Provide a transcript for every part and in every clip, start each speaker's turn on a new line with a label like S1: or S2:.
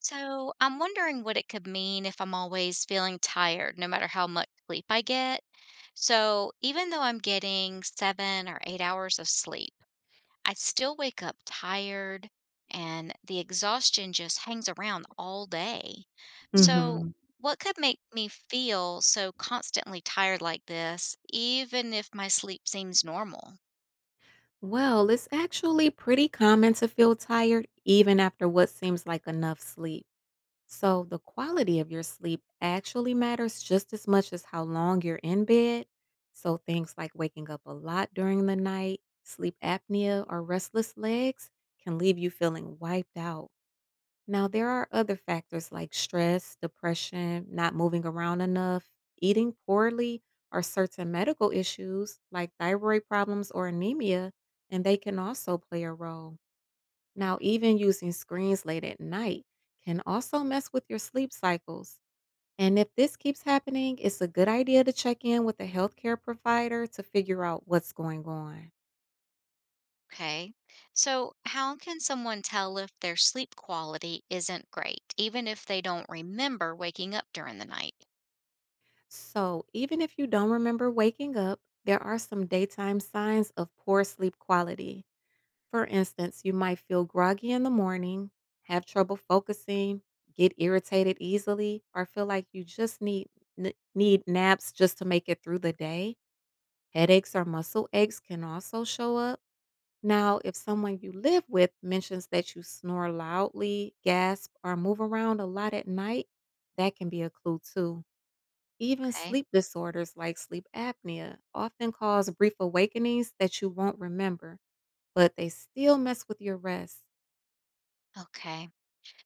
S1: So, I'm wondering what it could mean if I'm always feeling tired, no matter how much sleep I get. So, even though I'm getting 7 or 8 hours of sleep, I still wake up tired and the exhaustion just hangs around all day. So,
S2: Mhm.
S1: what could make me feel so constantly tired like this, even if my sleep seems normal?
S2: Well, it's actually pretty common to feel tired even after what seems like enough sleep. So, the quality of your sleep actually matters just as much as how long you're in bed. So, things like waking up a lot during the night, sleep apnea, or restless legs can leave you feeling wiped out. Now, there are other factors like stress, depression, not moving around enough, eating poorly, or certain medical issues like thyroid problems or anemia, and they can also play a role. Now, even using screens late at night can also mess with your sleep cycles. And if this keeps happening, it's a good idea to check in with a healthcare provider to figure out what's going on.
S1: Okay. So, how can someone tell if their sleep quality isn't great, even if they don't remember waking up during the night?
S2: So, even if you don't remember waking up, there are some daytime signs of poor sleep quality. For instance, you might feel groggy in the morning, have trouble focusing, get irritated easily, or feel like you just need naps just to make it through the day. Headaches or muscle aches can also show up. Now, if someone you live with mentions that you snore loudly, gasp, or move around a lot at night, that can be a clue too. Even
S1: Okay.
S2: sleep disorders like sleep apnea often cause brief awakenings that you won't remember, but they still mess with your rest.
S1: Okay.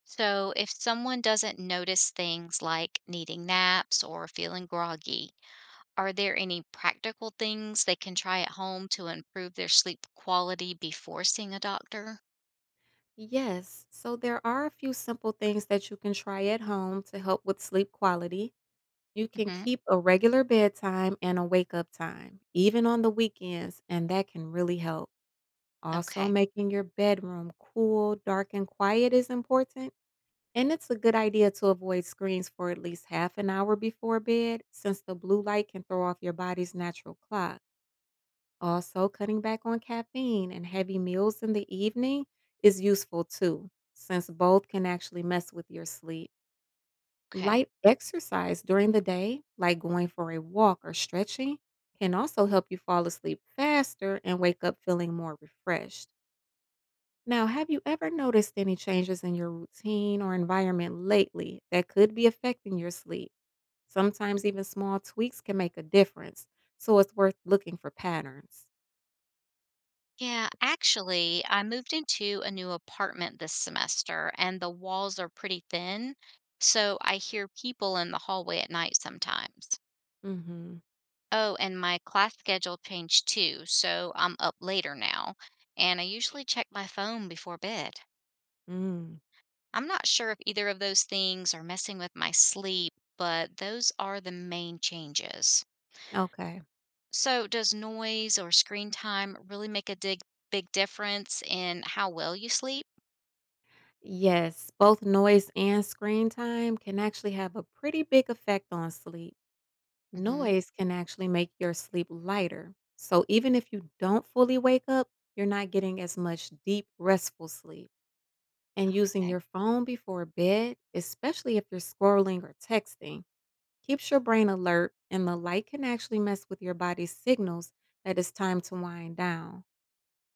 S1: So, if someone doesn't notice things like needing naps or feeling groggy, are there any practical things they can try at home to improve their sleep quality before seeing a doctor?
S2: Yes. So there are a few simple things that you can try at home to help with sleep quality. You can
S1: Hmm.
S2: keep a regular bedtime and a wake up time, even on the weekends, and that can really help. Also,
S1: Okay.
S2: making your bedroom cool, dark, and quiet is important. And it's a good idea to avoid screens for at least half an hour before bed, since the blue light can throw off your body's natural clock. Also, cutting back on caffeine and heavy meals in the evening is useful too, since both can actually mess with your sleep.
S1: Okay.
S2: Light exercise during the day, like going for a walk or stretching, can also help you fall asleep faster and wake up feeling more refreshed. Now, have you ever noticed any changes in your routine or environment lately that could be affecting your sleep? Sometimes even small tweaks can make a difference, so it's worth looking for patterns.
S1: Yeah, actually, I moved into a new apartment this semester and the walls are pretty thin, so I hear people in the hallway at night sometimes.
S2: Mhm.
S1: Oh, and my class schedule changed too, so I'm up later now, and I usually check my phone before bed.
S2: Mm.
S1: I'm not sure if either of those things are messing with my sleep, but those are the main changes.
S2: Okay.
S1: So, does noise or screen time really make a dig big difference in how well you sleep?
S2: Yes, both noise and screen time can actually have a pretty big effect on sleep.
S1: Hmm.
S2: Noise can actually make your sleep lighter. So even if you don't fully wake up, you're not getting as much deep, restful sleep. And using your
S1: Okay.
S2: phone before bed, especially if you're scrolling or texting, keeps your brain alert, and the light can actually mess with your body's signals that it's time to wind down.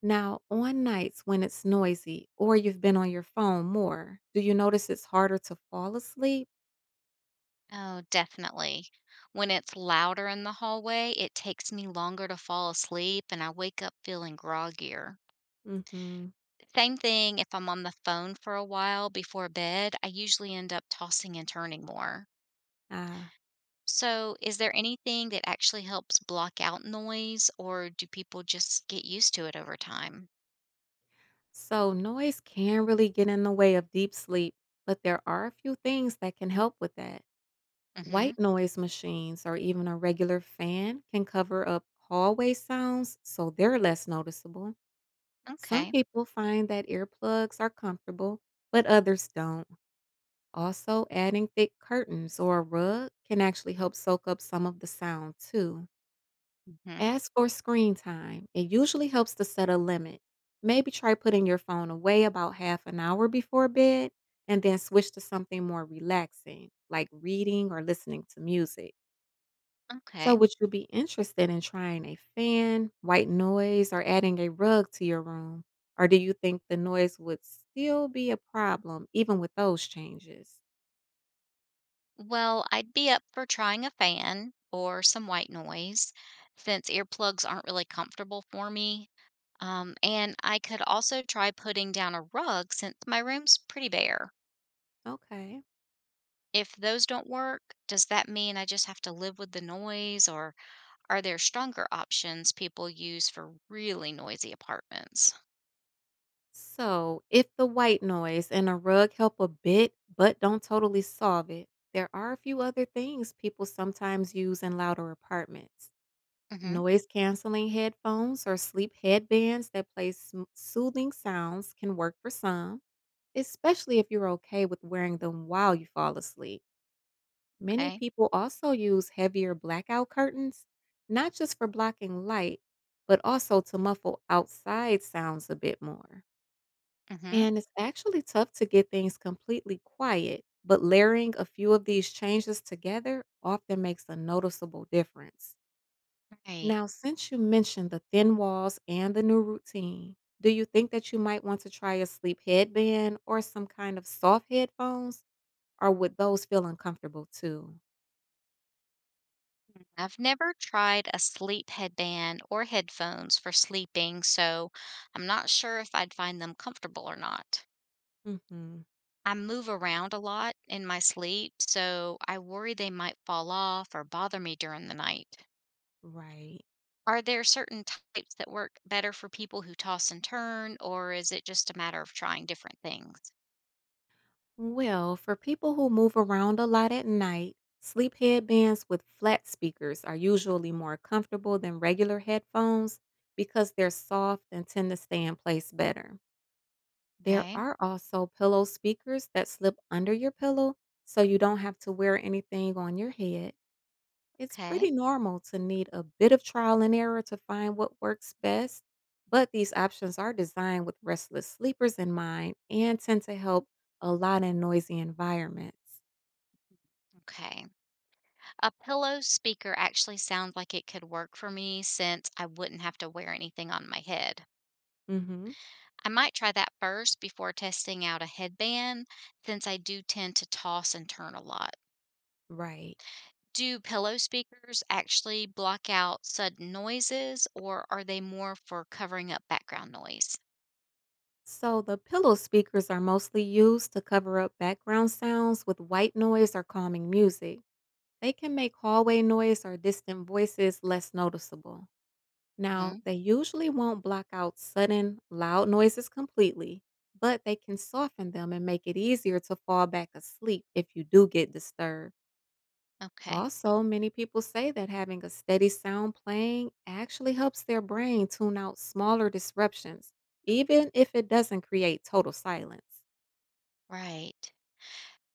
S2: Now, on nights when it's noisy or you've been on your phone more, do you notice it's harder to fall asleep?
S1: Oh, definitely. When it's louder in the hallway, it takes me longer to fall asleep and I wake up feeling groggier.
S2: Mhm.
S1: Same thing if I'm on the phone for a while before bed, I usually end up tossing and turning more.
S2: Ah,
S1: So, is there anything that actually helps block out noise or do people just get used to it over time?
S2: so noise can really get in the way of deep sleep, but there are a few things that can help with that.
S1: Mhm.
S2: White noise machines or even a regular fan can cover up hallway sounds, so they're less noticeable. Some
S1: Okay.
S2: people find that earplugs are comfortable, but others don't. Also, adding thick curtains or a rug can actually help soak up some of the sound too.
S1: Mhm.
S2: As for screen time, it usually helps to set a limit. Maybe try putting your phone away about half an hour before bed and then switch to something more relaxing, like reading or listening to music. So,
S1: Okay.
S2: would you be interested in trying a fan, white noise, or adding a rug to your room? Or do you think the noise would still be a problem even with those changes?
S1: Well, I'd be up for trying a fan or some white noise since earplugs aren't really comfortable for me. And I could also try putting down a rug since my room's pretty bare.
S2: Okay.
S1: If those don't work, does that mean I just have to live with the noise, or are there stronger options people use for really noisy apartments?
S2: So, if the white noise and a rug help a bit but don't totally solve it, there are a few other things people sometimes use in louder apartments.
S1: Mm-hmm.
S2: Noise canceling headphones or sleep headbands that play soothing sounds can work for some, especially if you're okay with wearing them while you fall asleep. Many
S1: Okay.
S2: people also use heavier blackout curtains, not just for blocking light, but also to muffle outside sounds a bit more.
S1: Mm-hmm.
S2: And it's actually tough to get things completely quiet, but layering a few of these changes together often makes a noticeable difference.
S1: Right.
S2: Now, since you mentioned the thin walls and the new routine, do you think that you might want to try a sleep headband or some kind of soft headphones? Or would those feel uncomfortable too?
S1: I've never tried a sleep headband or headphones for sleeping, so I'm not sure if I'd find them comfortable or not.
S2: Hmm.
S1: I move around a lot in my sleep, so I worry they might fall off or bother me during the night.
S2: Right.
S1: Are there certain types that work better for people who toss and turn, or is it just a matter of trying different things?
S2: Well, for people who move around a lot at night, sleep headbands with flat speakers are usually more comfortable than regular headphones because they're soft and tend to stay in place better. There
S1: Okay,
S2: are also pillow speakers that slip under your pillow so you don't have to wear anything on your head. It's pretty
S1: okay,
S2: normal to need a bit of trial and error to find what works best, but these options are designed with restless sleepers in mind and tend to help a lot in noisy environments.
S1: okay. A pillow speaker actually sounds like it could work for me since I wouldn't have to wear anything on my head.
S2: Hmm.
S1: I might try that first before testing out a headband, since I do tend to toss and turn a lot.
S2: Right.
S1: Do pillow speakers actually block out sudden noises, or are they more for covering up background noise?
S2: So, the pillow speakers are mostly used to cover up background sounds with white noise or calming music. They can make hallway noise or distant voices less noticeable. Now,
S1: Hmm.
S2: they usually won't block out sudden, loud noises completely, but they can soften them and make it easier to fall back asleep if you do get disturbed.
S1: Okay,
S2: Also, many people say that having a steady sound playing actually helps their brain tune out smaller disruptions, even if it doesn't create total silence.
S1: right.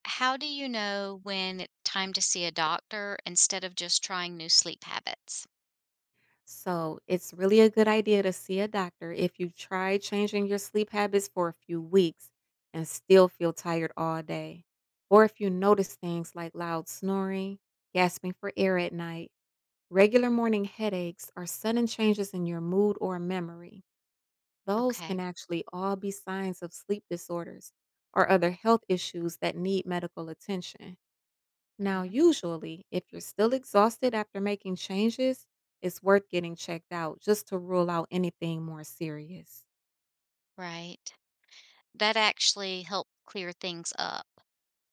S1: How do you know when it's time to see a doctor instead of just trying new sleep habits?
S2: So, it's really a good idea to see a doctor if you try changing your sleep habits for a few weeks and still feel tired all day, or if you notice things like loud snoring, gasping for air at night, regular morning headaches, or sudden changes in your mood or memory. Those can
S1: Okay,
S2: actually all be signs of sleep disorders or other health issues that need medical attention. Now,
S1: hmm,
S2: usually, if you're still exhausted after making changes, it's worth getting checked out just to rule out anything more serious.
S1: right. That actually helped clear things up.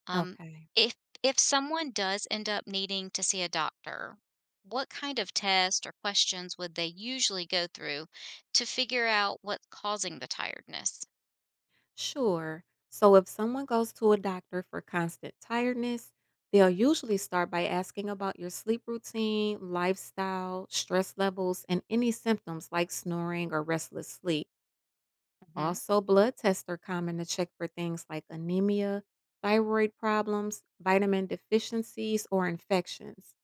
S1: Um,
S2: Okay.
S1: if if someone does end up needing to see a doctor, what kind of test or questions would they usually go through to figure out what's causing the tiredness?
S2: Sure. So, if someone goes to a doctor for constant tiredness, they'll usually start by asking about your sleep routine, lifestyle, stress levels, and any symptoms like snoring or restless sleep.
S1: Hmm.
S2: Also, blood tests are common to check for things like anemia, thyroid problems, vitamin deficiencies, or infections.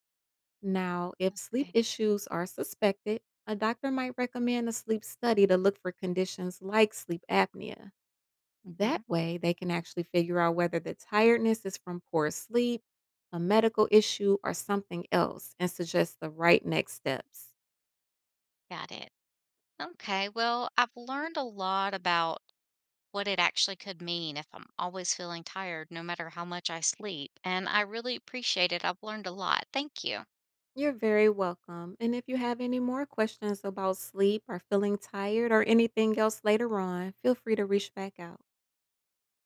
S2: Now, if sleep
S1: Okay.
S2: issues are suspected, a doctor might recommend a sleep study to look for conditions like sleep apnea.
S1: Hmm.
S2: That way, they can actually figure out whether the tiredness is from poor sleep, a medical issue, or something else and suggest the right next steps.
S1: Got it. Okay. Well, I've learned a lot about what it actually could mean if I'm always feeling tired, no matter how much I sleep. And I really appreciate it. I've learned a lot. Thank you.
S2: You're very welcome. And if you have any more questions about sleep or feeling tired or anything else later on, feel free to reach back out.